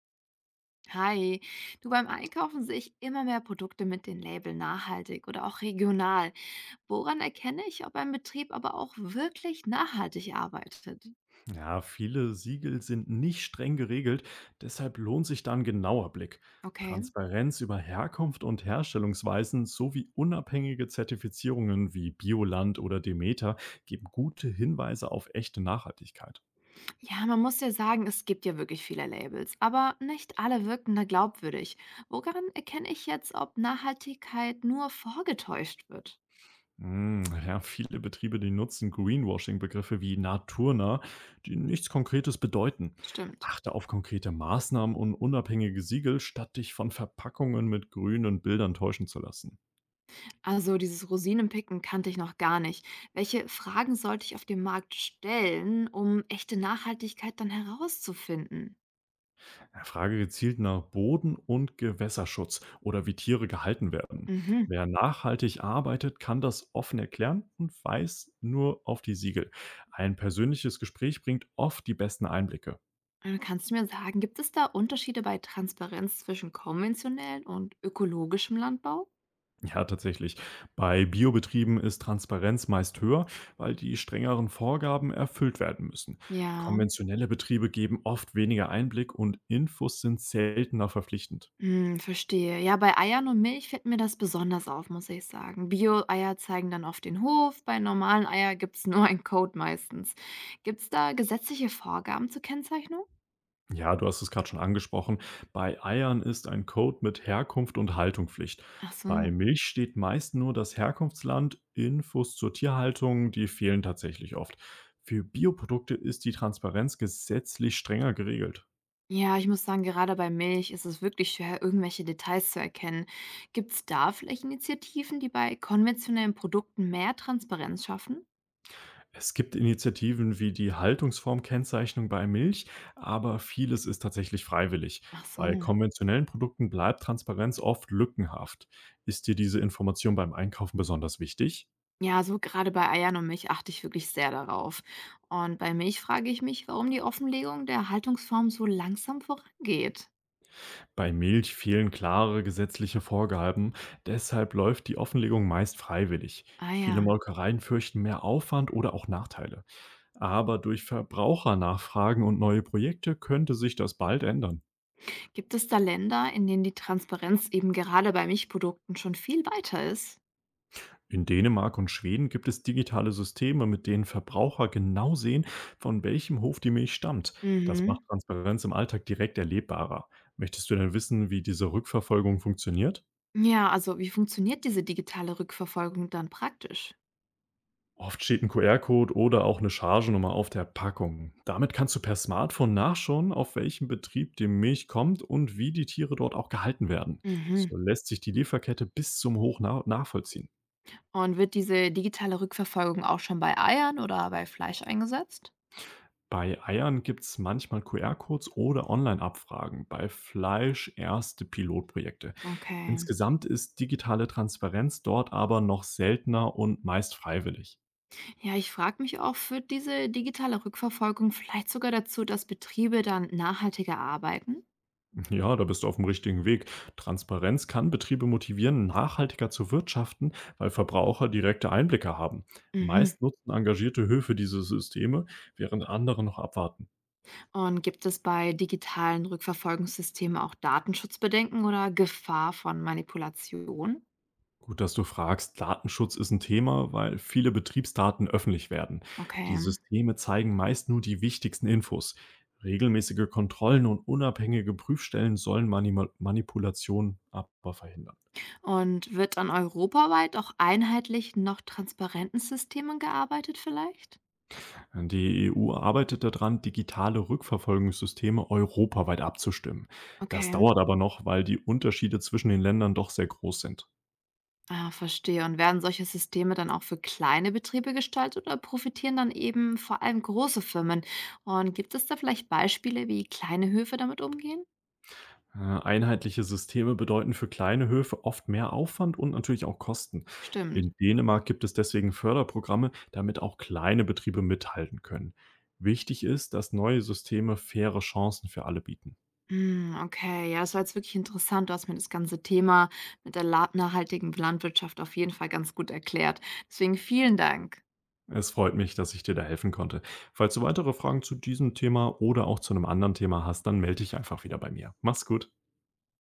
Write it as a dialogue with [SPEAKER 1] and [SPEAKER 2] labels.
[SPEAKER 1] Hi, du beim Einkaufen sehe ich immer mehr Produkte mit dem Label nachhaltig oder auch regional. Woran erkenne ich, ob ein Betrieb aber auch wirklich nachhaltig arbeitet?
[SPEAKER 2] Ja, viele Siegel sind nicht streng geregelt, deshalb lohnt sich da ein genauer Blick.
[SPEAKER 1] Okay.
[SPEAKER 2] Transparenz über Herkunft und Herstellungsweisen sowie unabhängige Zertifizierungen wie Bioland oder Demeter geben gute Hinweise auf echte Nachhaltigkeit.
[SPEAKER 1] Ja, man muss ja sagen, es gibt ja wirklich viele Labels, aber nicht alle wirken da glaubwürdig. Woran erkenne ich jetzt, ob Nachhaltigkeit nur vorgetäuscht wird?
[SPEAKER 2] Hm, ja, viele Betriebe, die nutzen Greenwashing-Begriffe wie naturnah, die nichts Konkretes bedeuten.
[SPEAKER 1] Stimmt.
[SPEAKER 2] Achte auf konkrete Maßnahmen und unabhängige Siegel, statt dich von Verpackungen mit grünen Bildern täuschen zu lassen.
[SPEAKER 1] Also dieses Rosinenpicken kannte ich noch gar nicht. Welche Fragen sollte ich auf dem Markt stellen, um echte Nachhaltigkeit dann herauszufinden?
[SPEAKER 2] Ja, frage gezielt nach Boden- und Gewässerschutz oder wie Tiere gehalten werden.
[SPEAKER 1] Mhm.
[SPEAKER 2] Wer nachhaltig arbeitet, kann das offen erklären und weiß nur auf die Siegel. Ein persönliches Gespräch bringt oft die besten Einblicke.
[SPEAKER 1] Und kannst du mir sagen, gibt es da Unterschiede bei Transparenz zwischen konventionellem und ökologischem Landbau?
[SPEAKER 2] Ja, tatsächlich. Bei Biobetrieben ist Transparenz meist höher, weil die strengeren Vorgaben erfüllt werden müssen.
[SPEAKER 1] Ja,
[SPEAKER 2] Konventionelle Betriebe geben oft weniger Einblick und Infos sind seltener verpflichtend.
[SPEAKER 1] hm, verstehe. Ja, bei Eiern und Milch fällt mir das besonders auf, muss ich sagen. Bio-Eier zeigen dann auf den Hof, bei normalen Eier gibt es nur einen Code meistens. Gibt es da gesetzliche Vorgaben zur Kennzeichnung?
[SPEAKER 2] Ja, du hast es gerade schon angesprochen. Bei Eiern ist ein Code mit Herkunft und Haltung Pflicht.
[SPEAKER 1] Ach
[SPEAKER 2] Bei
[SPEAKER 1] so.
[SPEAKER 2] Milch steht meist nur das Herkunftsland, Infos zur Tierhaltung, die fehlen tatsächlich oft. Für Bioprodukte ist die Transparenz gesetzlich strenger geregelt.
[SPEAKER 1] Ja, ich muss sagen, gerade bei Milch ist es wirklich schwer, irgendwelche Details zu erkennen. Gibt es da vielleicht Initiativen, die bei konventionellen Produkten mehr Transparenz schaffen?
[SPEAKER 2] Es gibt Initiativen wie die Haltungsformkennzeichnung bei Milch, aber vieles ist tatsächlich freiwillig.
[SPEAKER 1] Ach so.
[SPEAKER 2] Bei konventionellen Produkten bleibt Transparenz oft lückenhaft. Ist dir diese Information beim Einkaufen besonders wichtig?
[SPEAKER 1] Ja, so gerade bei Eiern und Milch achte ich wirklich sehr darauf. Und bei Milch frage ich mich, warum die Offenlegung der Haltungsform so langsam vorangeht.
[SPEAKER 2] Bei Milch fehlen klare gesetzliche Vorgaben, deshalb läuft die Offenlegung meist freiwillig.
[SPEAKER 1] Ah
[SPEAKER 2] Viele
[SPEAKER 1] ja.
[SPEAKER 2] Molkereien fürchten mehr Aufwand oder auch Nachteile. Aber durch Verbrauchernachfragen und neue Projekte könnte sich das bald ändern.
[SPEAKER 1] Gibt es da Länder, in denen die Transparenz eben gerade bei Milchprodukten schon viel weiter ist?
[SPEAKER 2] In Dänemark und Schweden gibt es digitale Systeme, mit denen Verbraucher genau sehen, von welchem Hof die Milch stammt. Das macht
[SPEAKER 1] Mhm.
[SPEAKER 2] Transparenz im Alltag direkt erlebbarer. Möchtest du denn wissen, wie diese Rückverfolgung funktioniert?
[SPEAKER 1] Ja, also wie funktioniert diese digitale Rückverfolgung dann praktisch?
[SPEAKER 2] Oft steht 'n QR-Code oder auch eine Chargennummer auf der Packung. Damit kannst du per Smartphone nachschauen, auf welchem Betrieb die Milch kommt und wie die Tiere dort auch gehalten werden.
[SPEAKER 1] Mhm.
[SPEAKER 2] So lässt sich die Lieferkette bis zum Hoch nachvollziehen.
[SPEAKER 1] Und wird diese digitale Rückverfolgung auch schon bei Eiern oder bei Fleisch eingesetzt?
[SPEAKER 2] Bei Eiern gibt es manchmal QR-Codes oder Online-Abfragen, bei Fleisch erste Pilotprojekte.
[SPEAKER 1] Okay.
[SPEAKER 2] Insgesamt ist digitale Transparenz dort aber noch seltener und meist freiwillig.
[SPEAKER 1] Ja, ich frage mich auch, führt diese digitale Rückverfolgung vielleicht sogar dazu, dass Betriebe dann nachhaltiger arbeiten?
[SPEAKER 2] Ja, da bist du auf dem richtigen Weg. Transparenz kann Betriebe motivieren, nachhaltiger zu wirtschaften, weil Verbraucher direkte Einblicke haben.
[SPEAKER 1] Mhm.
[SPEAKER 2] Meist nutzen engagierte Höfe diese Systeme, während andere noch abwarten.
[SPEAKER 1] Und gibt es bei digitalen Rückverfolgungssystemen auch Datenschutzbedenken oder Gefahr von Manipulation?
[SPEAKER 2] Gut, dass du fragst. Datenschutz ist ein Thema, weil viele Betriebsdaten öffentlich werden. Die
[SPEAKER 1] Okay.
[SPEAKER 2] Systeme zeigen meist nur die wichtigsten Infos. Regelmäßige Kontrollen und unabhängige Prüfstellen sollen Manipulationen aber verhindern.
[SPEAKER 1] Und wird dann europaweit auch einheitlich noch transparenten Systemen gearbeitet vielleicht?
[SPEAKER 2] Die EU arbeitet daran, digitale Rückverfolgungssysteme europaweit abzustimmen. Das
[SPEAKER 1] Okay.
[SPEAKER 2] dauert aber noch, weil die Unterschiede zwischen den Ländern doch sehr groß sind.
[SPEAKER 1] Ah, verstehe. Und werden solche Systeme dann auch für kleine Betriebe gestaltet oder profitieren dann eben vor allem große Firmen? Und gibt es da vielleicht Beispiele, wie kleine Höfe damit umgehen?
[SPEAKER 2] Einheitliche Systeme bedeuten für kleine Höfe oft mehr Aufwand und natürlich auch Kosten.
[SPEAKER 1] Stimmt.
[SPEAKER 2] In Dänemark gibt es deswegen Förderprogramme, damit auch kleine Betriebe mithalten können. Wichtig ist, dass neue Systeme faire Chancen für alle bieten.
[SPEAKER 1] Hm, okay, ja, es war jetzt wirklich interessant. Du hast mir das ganze Thema mit der nachhaltigen Landwirtschaft auf jeden Fall ganz gut erklärt. Deswegen vielen Dank.
[SPEAKER 2] Es freut mich, dass ich dir da helfen konnte. Falls du weitere Fragen zu diesem Thema oder auch zu einem anderen Thema hast, dann melde dich einfach wieder bei mir. Mach's gut.